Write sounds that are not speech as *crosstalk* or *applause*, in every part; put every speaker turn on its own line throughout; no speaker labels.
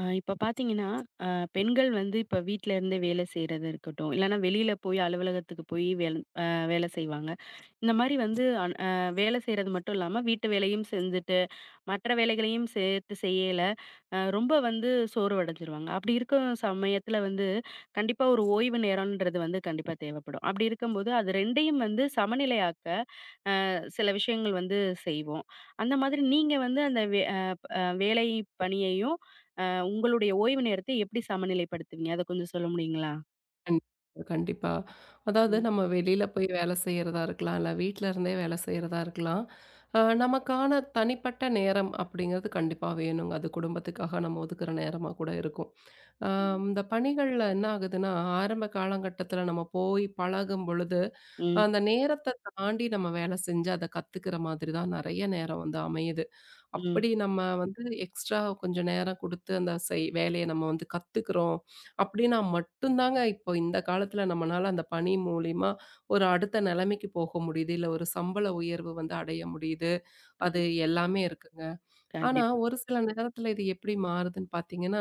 ஆ இப்ப பார்த்தீங்கன்னா, அ பெண்கள் வந்து இப்ப வீட்ல இருந்தே வேலை செய்றது இருக்கட்டும், இல்லன்னா வெளியில போய் அலுவலகத்துக்கு போய் அ வேலை செய்வாங்க. இந்த மாரி வந்து அன் அ வேலை செய்றது மட்டும் இல்லாம, வீட்டு வேலையும் செஞ்சுட்டு, மற்ற வேலைகளையும் சேர்த்து செய்யல, ரொம்ப வந்து சோர்வடைஞ்சிருவாங்க. அப்படி இருக்க சமயத்துல வந்து, கண்டிப்பா ஒரு ஓய்வு நேரம்ன்றது வந்து கண்டிப்பா தேவைப்படும். அப்படி இருக்கும்போது, அது 2யும் வந்து சமநிலையாக்க, சில விஷயங்கள் வந்து செய்வோம். அந்த மாதிரி நீங்க வந்து அந்த வேலை பணியையும், அ உங்களுடைய ஓய்வு நேரத்தை எப்படி சமநிலைப்படுத்துவீங்க? அத கொஞ்சம் சொல்ல முடியுங்களா?
கண்டிப்பா, கண்டிப்பா. அதாவது
ம்.
நம்ம வெளியில போய் வேலை செய்யறதா இருக்கலாம், இல்ல வீட்ல இருந்தே வேலை செய்யறதா இருக்கலாம். நமக்கான தனிப்பட்ட நேரம் அப்படிங்கிறது கண்டிப்பா வேணுங்க. அது குடும்பத்துக்காக நம்ம ஒதுக்குற நேரமா கூட இருக்கும். அ
ம்.
இந்த பணிகள்ல என்ன ஆகுதுன்னா, ஆரம்ப காலகட்டத்தில நம்ம போய் பழகும் பொழுது,
ம்,
அந்த நேரத்த தாண்டி நம்ம வேலை செஞ்சு அத கத்துக்கிற மாதிரி தான் நெறைய நேரம் வந்து அமையுது.
ம்.
அப்படி நம்ம வந்து எக்ஸ்ட்ரா கொஞ்சம் நேரம் குடுத்து அந்த செய் வேலைய நம்ம வந்து கத்துக்கிறோம். அப்படின்னா மட்டும்தாங்க இப்போ இந்த காலத்துல நம்மனால அந்த பணி மூலியமா ஒரு அடுத்த நிலைமைக்கு போக முடியுது. இல்ல ஒரு சம்பள உயர்வு வந்து அடைய முடியுது.
கண்
அது எல்லாமே இருக்குங்க. ஆனா
கண்டிப்பா.
ஒரு சில நேரத்துல இது எப்படி மாறுதுன்னு பார்த்தீங்கன்னா,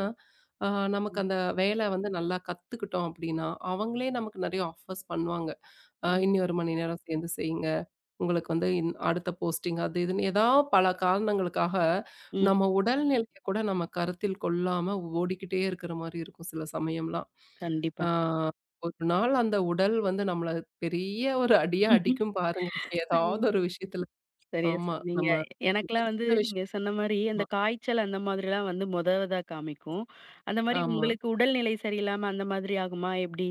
ஆ நமக்கு
ம்,
அந்த வேலை வந்து நல்லா கத்துக்கிட்டோம் அப்படின்னா, அவங்களே நமக்கு நெறைய ஆஃபர்ஸ் பண்ணுவாங்க.
ம்,
"இன்னி 1 மணி நேரம் சேர்ந்து செய்யுங்க. உங்களுக்கு வந்து அடுத்த போஸ்டிங் அது இதுன்னு ஏதா பல காரணங்களுக்காக,
ம்.
நம்ம உடல்நிலைய கூட நம்ம கருத்தில் கொள்ளாம ஓடிக்கிட்டே இருக்கிற மாரி இருக்கும் சில சமயம்லாம்.
கண்டிப்பா.
ஆ ஒரு நாள் அந்த உடல் வந்து நம்மள பெரிய ஒரு அடியா
*laughs*
அடிக்கும் பாருங்க. ஏதாவது
ம்,
ஒரு விஷயத்துல.
சரியா
ஆமா.
சொன்னீங்க.
நம்ம சின்ன
எனக்கெல்லாம் வந்து
சின்ன
நீங்க
விஷயமா
சொன்ன மாரி அந்த காய்ச்சல் அந்த மாதிரிலாம் வந்து மொத இதா காமிக்கும். அந்த மாரி
ஆமா.
உங்களுக்கு உடல்நிலை சரியில்லாம அந்த மாதிரி ஆகுமா எப்படி?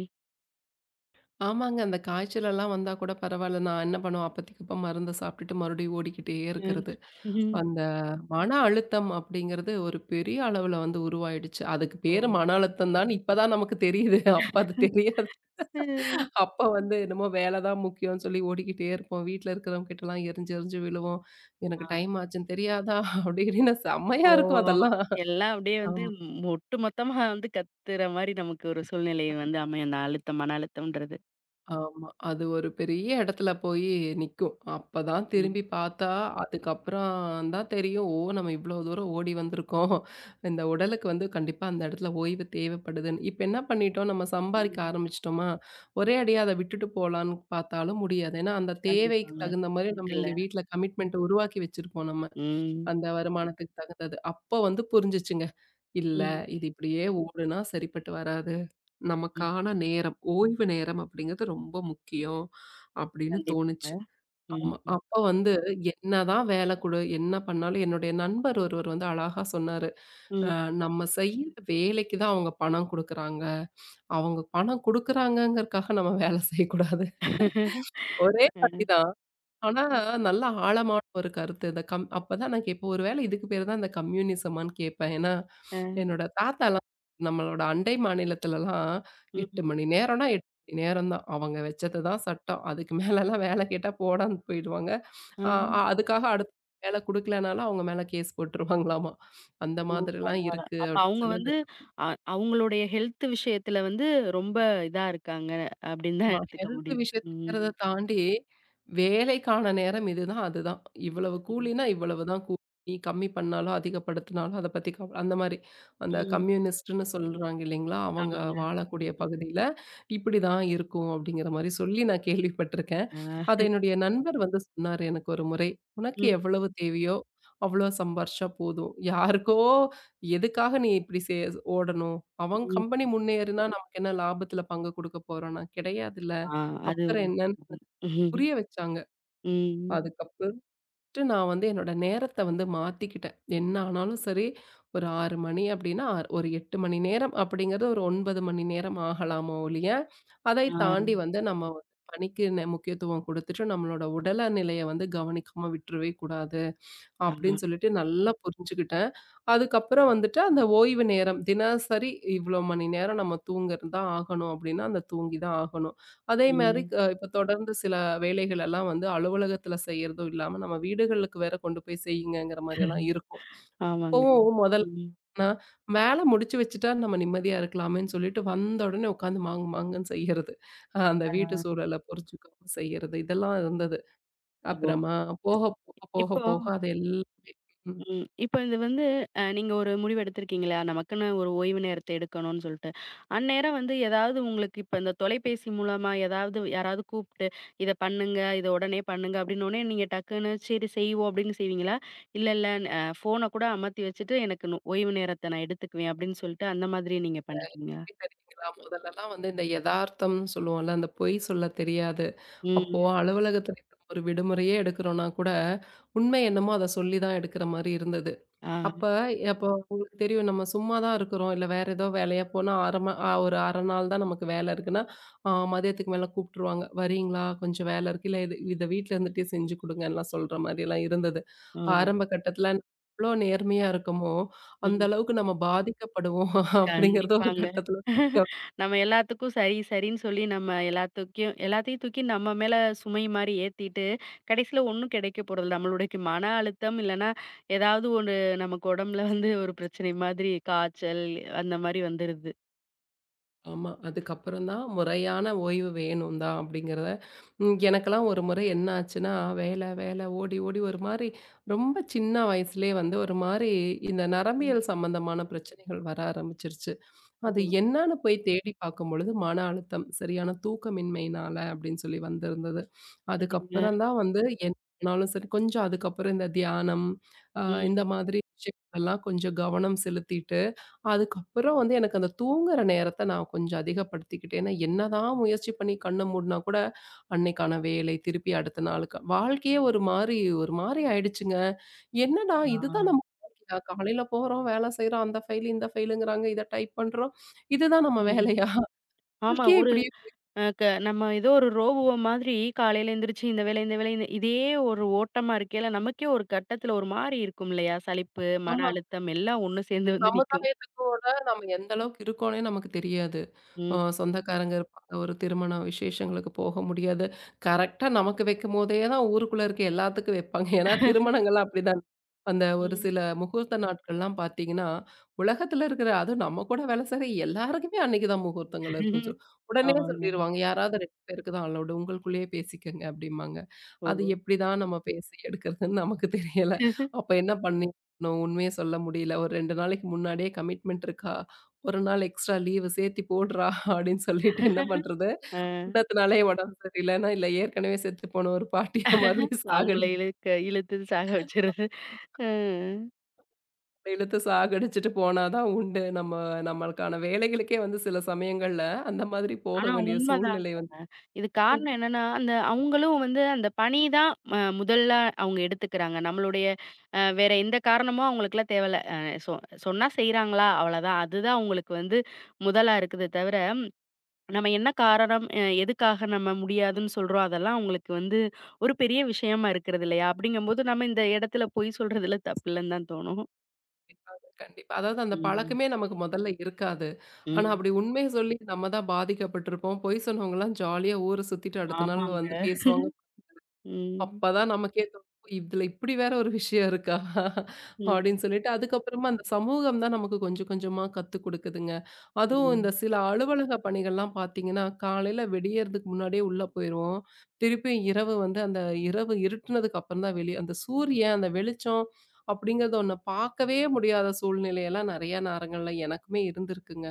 ஆமாங்க. அந்த காய்ச்சலெல்லாம் வந்தா கூட பரவாயில்ல. நான் என்ன பண்ணுவேன் அப்பதைக்கு அப்ப மருந்த சாப்பிட்டுட்டு மறுபடியும் ஓடிக்கிட்டே
ம்.
இருக்கிறது. அந்த மன அழுத்தம் அப்படிங்கிறது ஒரு பெரிய அளவுல வந்து உருவாயிடுச்சு. அதுக்கு
ஓ!
பேரு
ம்.
மன அழுத்தம் தான்னு இப்பதான் நமக்கு தெரியுது. *laughs* அப்ப அது தெரியாது.
ஓ.
அப்ப வந்து என்னமோ வேல தான் முக்கியம்னு சொல்லி ஓடிக்கிட்டே இருப்போம். வீட்ல இருக்கிறவங்க கிட்டலாம் எறிஞ்சு எறிஞ்சு விழுவோம்.
ஆ.
எனக்கு டைம் ஆச்சுன்னு தெரியாதா? *laughs* அப்படி இப்படின்னு செம்மையா
ஓ!
இருக்கும் அதெல்லாம்.
எல்லாம் அப்படியே வந்து
ஆமா.
ஒட்டுமொத்தமா வந்து கத்துற மாரி நமக்கு ஒரு சூழ்நிலை வந்து அமையும். அந்த அழுத்தம், மன அழுத்தம்ன்றது.
ஆமா. அது ஒரு பெரிய இடத்துல போய் நிக்கும். அப்பதான்
ம்,
திரும்பி பார்த்தா, அதுக்கப்புறம் தான் தெரியும். ஓ! நம்ம இவ்ளோ தூரம் ஓடி வந்திருக்கோம். இந்த உடலுக்கு வந்து கண்டிப்பா அந்த இடத்துல ஓய்வு தேவைப்படுதுன்னு. இப்ப என்ன பண்ணிட்டோம், நம்ம சம்பாரிக்க
ம்.
ஆரம்பிச்சுட்டோமா, ஒரே அடியா அத விட்டுட்டு போலான்னு பார்த்தாலும் முடியாது. ஏன்னா, அந்த தேவைக்கு
கண்டிப்பாங்க.
தகுந்த மாரி நம்ம
இருக்குல்ல.
இங்க வீட்ல கமிட்மெண்ட் உருவாக்கி வச்சிருப்போம் நம்ம.
ம்.
அந்த வருமானத்துக்கு தகுந்தது. அப்போ வந்து புரிஞ்சுச்சுங்க. இல்ல,
ம்,
இது இப்படியே ஓடுனா சரிப்பட்டு வராது.
ம்.
நமக்கான நேரம், ஓய்வு நேரம் அப்படிங்கிறது ரொம்ப முக்கியம் அப்படின்னு
கண்டிப்பாங்க.
தோணுச்சு.
ம்,
ஆமா. அப்ப வந்து என்னதான் வேலை குடு, என்ன பண்ணாலும் என்னுடைய நண்பர் ஒருவர் வந்து அழகா சொன்னாரு. அ
ம்.
நம்ம செய்யற வேலைக்கு தான் அவங்க பணம் குடுக்குறாங்க. அவங்க பணம் குடுக்குறாங்கங்கறக்காக நம்ம வேலை செய்யக்கூடாது.
அ, *laughs*
ஒரே படி தான். ஆனா, நல்ல ஆழமான ஒரு கருத்து. இந்த கம் அப்பதான் நான் கேட்பேன். ஒருவேளை இதுக்கு பேரு தான் இந்த கம்யூனிசமான்னு கேட்பேன். ஏன்னா,
அ,
என்னோட தாத்தாலாம் நம்மளோட அண்டை மாநிலத்துலலாம்
ம்.
8 மணி நேரம்னா 8 மணி நேரம் தான். அவங்க வச்சது தான் சட்டம். அதுக்கு மேலலாம் வேலை கேட்டா போடான்னு போயிடுவாங்க.
ஆ.
அ அ அதுக்காக அடுத்து வேலை குடுக்கலனாலும் அவங்க மேல கேஸ் போட்டுருவாங்களாமா. அந்த
ஓ!
மாதிரிலாம்
பரவால்ல.
இருக்கு
அப்ப
அப்படின்னு
அவங்க
சொல்லி
வந்து அ அவங்களுடைய ஹெல்த் விஷயத்துல வந்து ரொம்ப இதா இருக்காங்க அப்படின்னு தான்
ஆமா.
எடுத்துக்க
ஹெல்த்
முடியுது.
விஷயத்துங்கிறத
ம்,
தாண்டி, வேலைக்கான நேரம் இதுதான், அதுதான். இவ்வளவு
ம்,
கூலினா இவ்வளவுதான் கூலி. நீ கம்மி பண்ணாலும், அதிகப்படுத்தினாலும் அத பத்தி அந்த மாரி. அந்த
ம்.
கம்யூனிஸ்ட்ன்னு சொல்றாங்க இல்லைங்களா? அவங்க
ஆமாங்க. ம்,
வாழக்கூடிய
ம்.
பகுதியில, இப்படிதான் இருக்கும் அப்படிங்கிற மாரி சொல்லி நான் கேள்விப்பட்டிருக்கேன்.
ஆ.
அத என்னுடைய நண்பர் வந்து சொன்னாரு எனக்கு ஒரு முறை. "உனக்கு
ம்,
எவ்வளவு தேவையோ, அவ்வளோ சம்பாரிச்சா போதும். யாருக்கோ எதுக்காக நீ இப்படி ஓடணும்? அவன்
ம்.
கம்பெனி முன்னேறுனா நமக்கு என்ன லாபத்துல பங்கு குடுக்க போறோம்னா? கிடையாதுல்ல.
ஆ, அது
அப்புறம் என்னன்னு
ம்.
புரிய வச்சாங்க.
ம்,
அதுக்கப்புறம்ட்டு நான் வந்து என்னோட நேரத்த வந்து மாத்திக்கிட்டேன். என்ன ஆனாலும் சரி, ஒரு 6 மணி அப்படின்னா, ஒரு 8 மணி நேரம் அப்படிங்கிறது ஒரு 9 மணி நேரம் ஆகலாமோ ஒழிய, அதை
ஆ,
தாண்டி வந்து நம்ம வந்து பணிக்கு முக்கியத்துவம் குடுத்துட்டு, நம்மளோட உடல நிலைய வந்து கவனிக்காம விட்டுறவே கூடாது.
ஆ,
அப்படின்னு சொல்லிட்டு நல்லா புரிஞ்சுக்கிட்டேன். அதுக்கப்புறம் வந்துட்டு அந்த ஓய்வு நேரம் தினசரி இவ்வளோ மணி நேரம் நம்ம தூங்குறது தான் ஆகணும் அப்படின்னா அந்த தூங்கி தான் ஆகணும். அதே மாரி
ம்.
இப்போ தொடர்ந்து சில வேலைகள் எல்லாம் வந்து அலுவலகத்தில செய்யறதும் இல்லாம நம்ம வீடுகளுக்கு வேற கொண்டு போய் செய்யுங்கங்கிற மாரியெல்லாம் இருக்கும்.
ஆமாங்க.
இப்பவும் முதல்
ம்.
நான் வேலை முடிச்சு வச்சுட்டா நம்ம நிம்மதியா இருக்கலாமேன்னு சொல்லிட்டு வந்த உடனே உட்காந்து மாங்கு மாங்குன்னு செய்யறது. அந்த
ஆ,
வீட்டு சூழல புரிஞ்சுக்காம செய்யறது இதெல்லாம் இருந்தது.
ஓ!
அப்புறமா போக
இப்போ
போக அது எல்லாமே ம்.
ம். இப்போ இது வந்து நீங்க ஒரு முடிவு எடுத்திருக்கீங்களா? நமக்குன்னு ஒரு ஓய்வு நேரத்த எடுக்கணும்னு சொல்ட்டு. அந்நேரம் வந்து ஏதாவது உங்களுக்கு இப்ப இந்த தொலைபேசி மூலமா ஏதாவது யாராவது கூப்ட்டு, "இத பண்ணுங்க. இத உடனே பண்ணுங்க." அப்டின்னோனே நீங்க டக்குன்னு "சரி செய்வோம்." அப்டின்னு செய்வீங்களா? இல்ல, இல்ல ஃபோன கூட அமத்தி வச்சுட்டு எனக்கு ஓய்வு நேரத்த நான் எடுத்துக்குவேன் அப்டின்னு சொல்ட்டு அந்த மாதிரி நீங்க பண்ணிக்குவீங்களா?
தெரியுங்களா? முதல்லலாம் வந்து இந்த எதார்த்தம்னு சொல்லுவோம்ல, அந்த பொய் சொல்ல தெரியாது.
ம்.
அப்போ அலுவலகத்துல இப்ப ஒரு விடுமுறையே எடுக்கிறோம்னா கூட, உண்மை என்னமோ அத சொல்லி தான் எடுக்கிற மாரி இருந்தது. அப்ப
ஆ.
அப்போ உங்களுக்கு தெரியும் நம்ம சும்மா தான் இருக்கிறோம், இல்ல வேற ஏதோ வேலையா போனா 1/2 ம அ ஒரு 1/2 நாள் தான் நமக்கு வேலை இருக்குன்னா, மதியத்துக்கு மேல கூப்பிட்டுருவாங்க. "வரீங்களா? கொஞ்சம் வேலை இருக்கு. இல்ல இது இத வீட்ல இருந்துட்டே செஞ்சு குடுங்கன்லாம்" சொல்ற மாரிலாம் இருந்தது.
ஓ!
ஆரம்ப கட்டத்துல எவ்ளோ நேர்மையா இருக்கமோ, அந்த
ம்.
அளவுக்கு நம்ம பாதிக்கப்படுவோம் *laughs* அப்படிங்கிறது ஒரு
கண்டிப்பாங்க.
கட்டத்துல
நம்ம எல்லாத்துக்கும் சரி, சரின்னு சொல்லி நம்ம எல்லாத்துக்கும் எல்லாத்தையும் தூக்கி நம்ம மேல சுமை மாரி ஏத்திட்டு, கடைசியில ஒண்ணும் கிடைக்க போறதில்ல. நம்மளுடைய மன அழுத்தம் இல்லன்னா, ஏதாவது ஒரு நமக்கு உடம்புல வந்து ஒரு பிரச்சனை மாதிரி காய்ச்சல் அந்த மாரி வந்துருது.
ஆமா. அதுக்கப்புறம் தான் முறையான ஓய்வு வேணும் தான் அப்படிங்கிறத ம், எனக்கெல்லாம் ஒரு முறை என்ன ஆச்சுன்னா, வேலை வேலை ஓடி ஓடி ஒரு மாரி ரொம்ப சின்ன வயசுலயே வந்து ஒரு மாரி இந்த
ம்.
நரம்பியல் சம்பந்தமான பிரச்சனைகள் வர ஆரம்பிச்சிருச்சு.
ஓ!
அது என்னன்னு போய் தேடி பார்க்கும்பொழுது மன அழுத்தம், சரியான தூக்கமின்மையினால அப்படின்னு சொல்லி வந்திருந்தது.
சரிங்க.
அதுக்கப்புறம் தான் வந்து என்ன ஆனாலும் சரி கொஞ்சம் அதுக்கப்புறம் இந்த தியானம், அ
ம்.
இந்த மாதிரி விஷயங்கள்லாம் கொஞ்சம் கவனம் செலுத்திட்டு அதுக்கப்புறம் வந்து எனக்கு அந்த தூங்குற நேரத்த நான் கொஞ்சம் அதிகப்படுத்திக்கிட்டேன். ஏன்னா, என்னதான் முயற்சி பண்ணி கண்ண மூடுனா கூட, அன்னைக்கான வேலை, திருப்பி அடுத்த நாளுக்கு வாழ்க்கையே ஒரு மாரி ஆயிடுச்சுங்க. என்னடா
ஆ.
இதுதான் நம்ம வாழ்க்கையா? காலையில போறோம், வேலை செய்றோம், அந்த ஃபைல், இந்த ஃபைலுங்கிறாங்க, இத டைப் பண்றோம். இதுதான் நம்ம
ம்.
வேலையா?
ஆமா.
வாழ்க்கையே
ஒரு
இப்படியே
அ க நம்ம ஏதோ ஒரு ரோபோ மாதிரி காலையில எந்திரிச்சு இந்த வேலை, இந்த வேலை இந்த இதே ஒரு ஓட்டமா இருக்கையில, நமக்கே ஒரு கட்டத்துல ஒரு மாரி இருக்கும் இல்லையா? சலிப்பு, மன
ஆமா.
அழுத்தம் எல்லாம் ஒண்ணு சேர்ந்து வந்து நிக்கும்.
சமுதாய அவங்களோட நம்ம எந்த அளவுக்கு இருக்கோன்னே நமக்கு தெரியாது.
ம்.
சொந்தக்காரங்க இருப்பாங்க, ஒரு திருமண விசேஷங்களுக்கு போக முடியாது. கரெக்ட்டா நமக்கு வைக்கும்போதே தான் ஊருக்குள்ள இருக்க எல்லாத்துக்கும் வைப்பாங்க. ஏன்னா திருமணங்கள்லாம் அப்படிதான். அந்த ஒரு
ம்.
சில முகூர்த்த நாட்கள்லாம் பார்த்தீங்கன்னா, உலகத்துல இருக்கிற அதுவும் நம்ம கூட வேலை செய்ற எல்லாருக்குமே அன்னைக்கு தான் முகூர்த்தங்கள் இருக்குன்னு உடனே
ஆமாங்க.
சொல்லிருவாங்க. யாராவது 2 பேருக்கு தான் அலவுடு. உங்களுக்குள்ளேயே பேசிக்கங்க அப்படிம்பாங்க. அது
ஓ!
எப்படிதான் நம்ம பேசி எடுக்கிறதுன்னு நமக்கு தெரியல. அப்ப என்ன பண்ணி நான் உண்மைய சொல்ல முடியல. ஒரு 2 நாளைக்கு முன்னாடியே கமிட்மெண்ட் இருக்கா? 1 நாள் எக்ஸ்ட்ரா லீவு சேர்த்தி போடுறா *laughs* அப்படின்னு சொல்லிட்டு என்ன பண்றது?
அ
முந்தத்த நாளே உடம்பு சரியில்லன்னா, இல்ல ஏற்கனவே செத்து போன ஒரு பாட்டிய மறுபடியும்
அவங்கள
சாகடிச்சு
இழுக்க இழுத்து சாக வச்சுறது. அ
இழுத்து சாகடிச்சுட்டு போனா தான் உண்டு. நம்மளுக்கான வேலைகளுக்கே வந்து சில சமயங்கள்ல அந்த மாதிரி போக
ஆனா
வேண்டிய
உண்மதான்.
சூழ்நிலை வந்து
இது காரணம் என்னன்னா, அந்த அவங்களும் வந்து அந்த பணி தான் முதல்ல அவங்க எடுத்துக்கிறாங்க. நம்மளுடைய வேற எந்த காரணமும் அவங்களுக்குலாம் தேவையில்ல. அ சொ சொன்னா செய்றாங்களா? அவ்வளதான். அதுதான் அவங்களுக்கு வந்து முதலா இருக்குது தவிர, நம்ம என்ன காரணம், எதுக்காக நம்ம முடியாதுன்னு சொல்றோம், அதெல்லாம் அவங்களுக்கு வந்து ஒரு பெரிய விஷயமா இருக்கிறது இல்லையா? அப்படிங்கும்போது நம்ம இந்த இடத்துல பொய் சொல்றதுல தப்பில்லன்னு தான் தோணும்.
கண்டிப்பாங்க, கண்டிப்பா. அதாவது அந்த
ம்,
பழக்கமே நமக்கு முதல்ல இருக்காது. ஆனா
ம்.
அப்படி உண்மைய சொல்லி நம்ம தான் பாதிக்கப்பட்டிருப்போம். பொய் சொன்னவங்கலாம் ஜாலியா ஊர சுத்திட்டு அடுத்த நாள்
ஆமாங்க.
வந்து பேசுவாங்க.
ம்,
அப்பதான் நமக்கே தோணும். இதுல இப்படி வேற ஒரு விஷயம் இருக்கா?
ம்,
அப்படின்னு சொல்லிட்டு அதுக்கப்புறமா அந்த சமூகம் தான் நமக்கு கொஞ்சம் கொஞ்சமா கத்துக் குடுக்குதுங்க. அதுவும் இந்த
ம்.
சில அலுவலக பணிகள்லாம் பார்த்தீங்கன்னா, காலையில விடியறதுக்கு முன்னாடியே உள்ள போயிருவோம். திருப்பி இரவு வந்து அந்த இரவு இருட்டுனதுக்கு அப்புறம் தான் வெளிய அந்த சூரியன், அந்த வெளிச்சம் அப்படிங்கிறது ஒண்ணு பார்க்கவே முடியாத சூழ்நிலையெல்லாம் நெறைய நேரங்கள்ல எனக்குமே இருந்திருக்குங்க.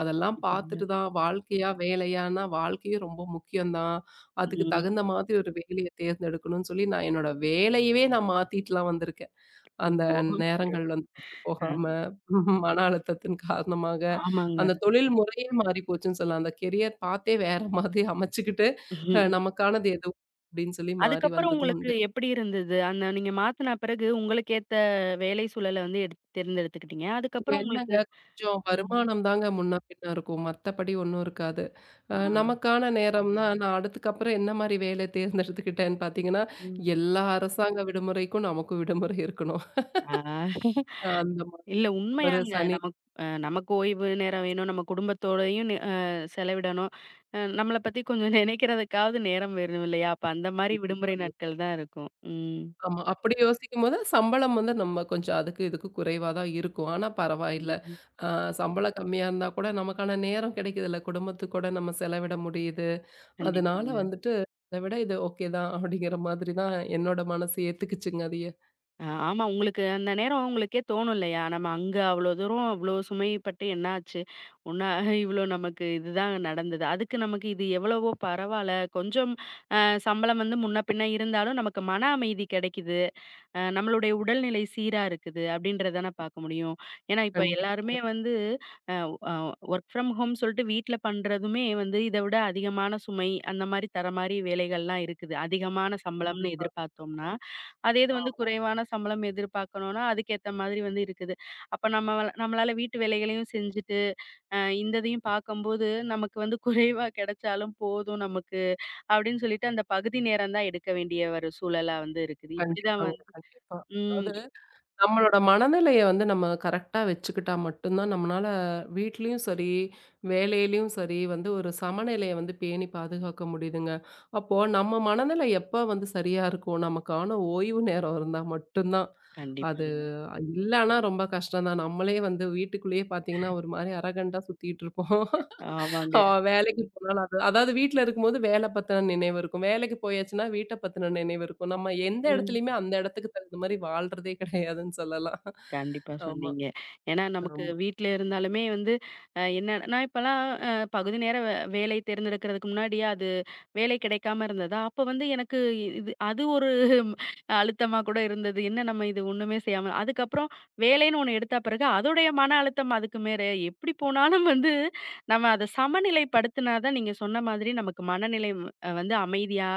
அதெல்லாம்
கண்டிப்பாங்க.
பார்த்துட்டு தான் வாழ்க்கையா, வேலையான்னா வாழ்க்கையும் ரொம்ப முக்கியம் தான். அதுக்கு
ம்.
தகுந்த மாதிரி ஒரு வேலைய தேர்ந்தெடுக்கணும்னு சொல்லி, என்னோட வேலையவே நான் மாத்திட்டுலாம் வந்திருக்கேன்.
ஓ!
அந்த நேரங்கள்
சிறப்பு.
வந்து
அ
போகாம மன அழுத்தத்தின் காரணமாக,
ஆமாங்க.
அந்த தொழில் முறையே மாறி போச்சுன்னு சொல்லலாம். அந்த கெரியர் பாத்தே வேற மாதிரி அமைச்சுக்கிட்டு,
ம்ஹ்ம்.
நமக்கானது எதுவும் அப்படின்னு சொல்லி மாறி
அதுக்கப்புறம்
வந்தது
உங்களுக்கு
உண்டு.
எப்படி இருந்தது? அந்த நீங்க மாத்துன பிறகு உங்களுக்கு ஏத்த வேலை சூழல வந்து தேர்ந்தெடுத்துக்கிட்டீங்க. அதுக்கப்புறம் உங்களுக்கு
என்னங்க, கொஞ்சம்
ம்.
வருமானம் தாங்க முன்ன பின்ன இருக்கும். மத்தபடி ஒண்ணும் இருக்காது.
ஆ.
நமக்கான நேரம்னா, நான் அடுத்துக்கப்புறம் என்ன மாரி வேலை தேர்ந்தெடுத்துக்கிட்டேன்னு பார்த்தீங்கன்னா,
ம்.
எல்லா அரசாங்க விடுமுறைக்கும் நமக்கும் விடுமுறை இருக்கணும்.
ஆ.
அந்த மாதிரி
இல்ல
ஒரு
உண்மையாங்க.
சனி
நமக்கு ஓய்வு நேரம் வேணும். நம்ம குடும்பத்தோடயும் நே அ செலவிடணும். நம்மள பத்தி கொஞ்சம் நினைக்கிறதுக்காவது நேரம் வேணும் இல்லையா? அப்ப அந்த மாரி விடுமுறை நாட்கள் தான் இருக்கும். ம்.
ஆமா. அப்படி யோசிக்கும்போது, சம்பளம் வந்து நம்ம கொஞ்சம் அதுக்கு இதுக்கும் குறைவா தான் இருக்கும். ஆனா பரவாயில்ல.
ம்ஹ்ம்.
அ சம்பளம் கம்மியா இருந்தா கூட நமக்கான நேரம் கிடைக்குதுல்ல. குடும்பத்துக்கு கூட நம்ம செலவிட முடியுது. அதனால
கண்டிப்பாங்க.
வந்துட்டு, "இத விட இது ஓகே தான்." அப்படிங்கிற மாதிரி தான் என்னோட மனசு ஏத்துக்குச்சுங்க அதைய.
ஆமா. உங்களுக்கு அந்த நேரம் உங்களுக்கே தோணும் இல்லையா? நம்ம அங்க அவ்ளோ தூரம் அவ்ளோ சுமைப்பட்டு என்ன ஆச்சு? ஒண்ணா *laughs* இவ்ளோ நமக்கு இதுதான் நடந்தது. அதுக்கு நமக்கு இது எவ்வளவோ பரவால்ல. கொஞ்சம் அ சம்பளம் வந்து முன்ன பின்ன இருந்தாலும் நமக்கு மன அமைதி கிடைக்குது. நம்மளுடைய உடல்நிலை சீரா இருக்குது அப்படின்றத தானே பார்க்க முடியும். ஏன்னா, இப்ப எல்லாருமே
கண்டிப்பாங்க,
வந்து அ அ ஒர்க் ஃப்ரம் ஹோம் சொல்லிட்டு வீட்ல பண்றதுமே வந்து இத விட அதிகமான சுமை அந்த மாரி தர மாரி வேலைகள்லாம் இருக்குது. அதிகமான சம்பளம்னு
கண்டிப்பா.
எதிர்பார்த்தோம்னா, அதே இது வந்து
ஆமா.
குறைவான சம்பளம் எதிர்பார்க்கணும்னா, அதுக்கேத்த மாதிரி வந்து இருக்குது. அப்ப நம்மள நம்மளால வீட்டு வேலைகளையும் செஞ்சுட்டு, இந்த இதையும் பார்க்கும்போது நமக்கு வந்து குறைவா கிடைச்சாலும் போதும் நமக்கு அப்படின்னு சொல்லிட்டு அந்த பகுதி நேரம் தான் எடுக்க வேண்டிய ஒரு சூழலா வந்து இருக்குது. இப்படிதான்
கண்டிப்பாங்க,
வந்து
கண்டிப்பா.
ம்.
அதாவது நம்மளோட மனநிலைய வந்து நம்ம கரெக்ட்டா வச்சுக்கிட்டா மட்டும் தான் நம்மனால வீட்லயும் சரி, வேலையிலயும் சரி வந்து ஒரு சமநிலைய வந்து பேணி பாதுகாக்க முடியுதுங்க. அப்போ நம்ம மனநிலை எப்ப வந்து சரியா இருக்கும், நமக்கான ஓய்வு நேரம் இருந்தா மட்டும் தான். அது
கண்டிப்பாங்க.
இல்லன்னா ரொம்ப கஷ்டம் தான். நம்மளே வந்து வீட்டுக்குள்ளேயே பார்த்தீங்கன்னா, ஒரு மாரி அரகண்டா சுத்திட்டு இருப்போம்.
ஆமாங்க.
ஆ வேலைக்கு போனாலும் அது அதாவது வீட்ல இருக்கும்போது வேல பத்தின நினைவு இருக்கும். வேலைக்கு போயாச்சுன்னா வீட்ட பத்தின நினைவு இருக்கும். நம்ம எந்த
ம்.
இடத்துலயுமே அந்த இடத்துக்கு தகுந்த மாரி வாழ்றதே கிடையாதுன்னு சொல்லலாம்.
கண்டிப்பா
ஆமா,
சொன்னீங்க. ஏன்னா நமக்கு
ஆமா.
வீட்ல இருந்தாலுமே வந்து என்ன நான் இப்பலாம் பகுதி நேர வேலை தேர்ந்தெடுக்கிறதுக்கு முன்னாடியே அது வேலை கிடைக்காம இருந்ததா, அப்ப வந்து எனக்கு இது அது ஒரு *laughs* அழுத்தமா கூட இருந்தது. என்ன நம்ம இது ஒண்ணுமே செய்யாம அதுக்கப்புறம் வேலைன்னு ஒண்ணு எடுத்த பிறகு அதோடைய மன அழுத்தம் அதுக்கு மேல. எப்படி போனாலும் வந்து நம்ம அத சமநிலைப்படுத்தினா தான் நீங்க சொன்ன மாதிரி நமக்கு மனநிலை வந்து அமைதியா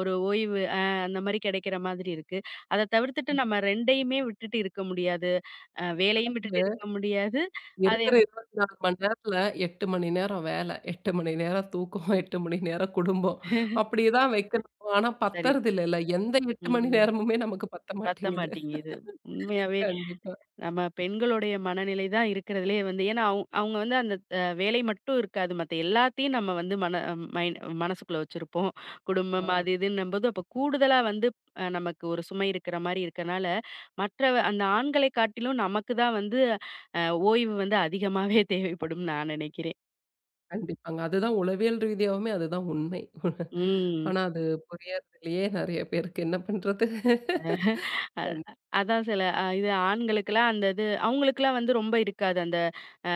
ஒரு ஓய்வு அந்த மாரி கிடைக்கிற மாதிரி இருக்கு. அத தவிர்த்துட்டு நம்ம 2யுமே விட்டுட்டு இருக்க முடியாது. வேலையும் விட்டுட்டு இருக்க முடியாது. அதே
இருக்கிற 24 மணி நேரத்துல 8 மணி நேரம் வேல, 8 மணி நேரம் தூக்கம், 8 மணி நேரம் குடும்பம்.
*laughs*
அப்படிதான் வைக்கணும். ஆனா
சரி.
பத்தறது இல்லல்ல. எந்த 8 மணி
ம்.
நேரமுமே நமக்கு பத்த
பத்த
மாட்டேங்குது.
மாட்டேங்குது. உண்மையாவே
கண்டிப்பா.
நம்ம பெண்களுடைய மனநிலை தான் இருக்கிறதுலயே வந்து ஏன்னா அவங்க வந்து அந்த வேலை மட்டும் இருக்காது. மத்த எல்லாத்தையும் நம்ம வந்து மைண்ட் மனசுக்குள்ள வச்சிருப்போம். குடும்பம்
ஆமா,
அது இதுன்னும்போது அப்ப கூடுதலா வந்து நமக்கு ஒரு சுமை இருக்கிற மாரி இருக்கனால, மற்ற அந்த ஆண்களை காட்டிலும் நமக்கு தான் வந்து அ ஓய்வு வந்து அதிகமாவே தேவைப்படும்னு நான் நினைக்கிறேன்.
கண்டிப்பாங்க. அதுதான் உளவியல் ரீதியாவுமே அதுதான் உண்மை.
ம்.
ஆனா அது புரியறதில்லயே நெறைய பேருக்கு என்ன பண்றது?
அ அதான் சில இது ஆண்களுக்கெல்லாம் அந்த இது அவங்களுக்கெல்லாம் வந்து ரொம்ப இருக்காது. அந்த அ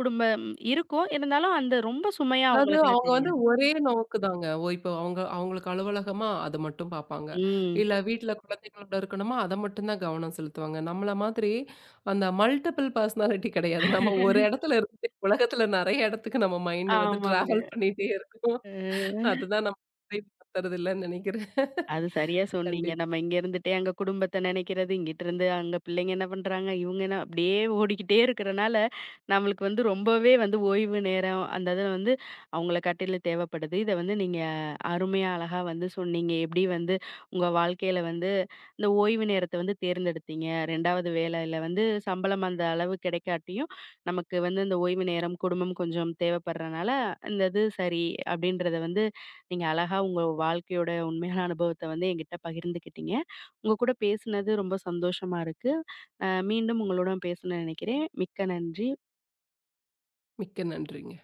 குடும்பம் இருக்கும். இருந்தாலும் அந்த ரொம்ப சுமையா
அதாவது
அவங்களுக்கெல்லாம்
அவங்க வந்து
தெரியாது.
ஒரே நோக்கு தாங்க. ஓ! இப்போ அவங்களுக்கு அலுவலகமா அது மட்டும் பார்ப்பாங்க.
ம்.
இல்ல வீட்ல குழந்தைகளோட இருக்கணுமா, அத மட்டும் தான் கவனம் செலுத்துவாங்க. நம்மள மாதிரி அந்த மல்டிபிள் பர்சனாலிட்டி கிடையாது. நம்ம ஒரு இடத்துல இருந்துட்டு உலகத்துல நெறைய இடத்துக்கு நம்ம மைண்ட் வந்து
ஆமாங்க.
டிராவல் பண்ணிட்டே இருக்கும்.
அ.
அதுதான் நம்ம புரிய பத்தறதில்லன்னு நெனைக்கிறேன்.
அது சரியா சொன்னீங்க.
கண்டிப்பா.
நம்ம இங்க இருந்துட்டே அங்க குடும்பத்த நெனைக்கிறது, இங்கிட்டிருந்து அங்க பிள்ளைங்க என்ன பண்றாங்க, இவங்க என்ன அப்படியே ஓடிக்கிட்டே இருக்கிறனால, நம்மளுக்கு வந்து ரொம்பவே வந்து ஓய்வு நேரம் அந்த இதில வந்து அவங்கள கட்டில தேவைப்படுது. இத வந்து நீங்க அருமையா, அழகா வந்து சொன்னீங்க. எப்படி வந்து உங்க வாழ்க்கையில வந்து இந்த ஓய்வு நேரத்த வந்து தேர்ந்தெடுத்தீங்க. 2வது வேலையில வந்து சம்பளம் அந்த அளவு கிடைக்காட்டியும், நமக்கு வந்து இந்த ஓய்வு நேரம், குடும்பம் கொஞ்சம் தேவைப்படுறனால, இந்த இது சரி அப்படின்றத வந்து நீங்க அழகா உங்க வாழ்க்கையோட உண்மையான அனுபவத்த வந்து என்கிட்ட பகிர்ந்துக்கிட்டீங்க. உங்க கூட பேசினது ரொம்ப சந்தோஷமா இருக்கு. மீண்டும் உங்களுடன் பேசணும்னு நினைக்கிறேன். மிக்க நன்றி.
மிக்க நன்றிங்க.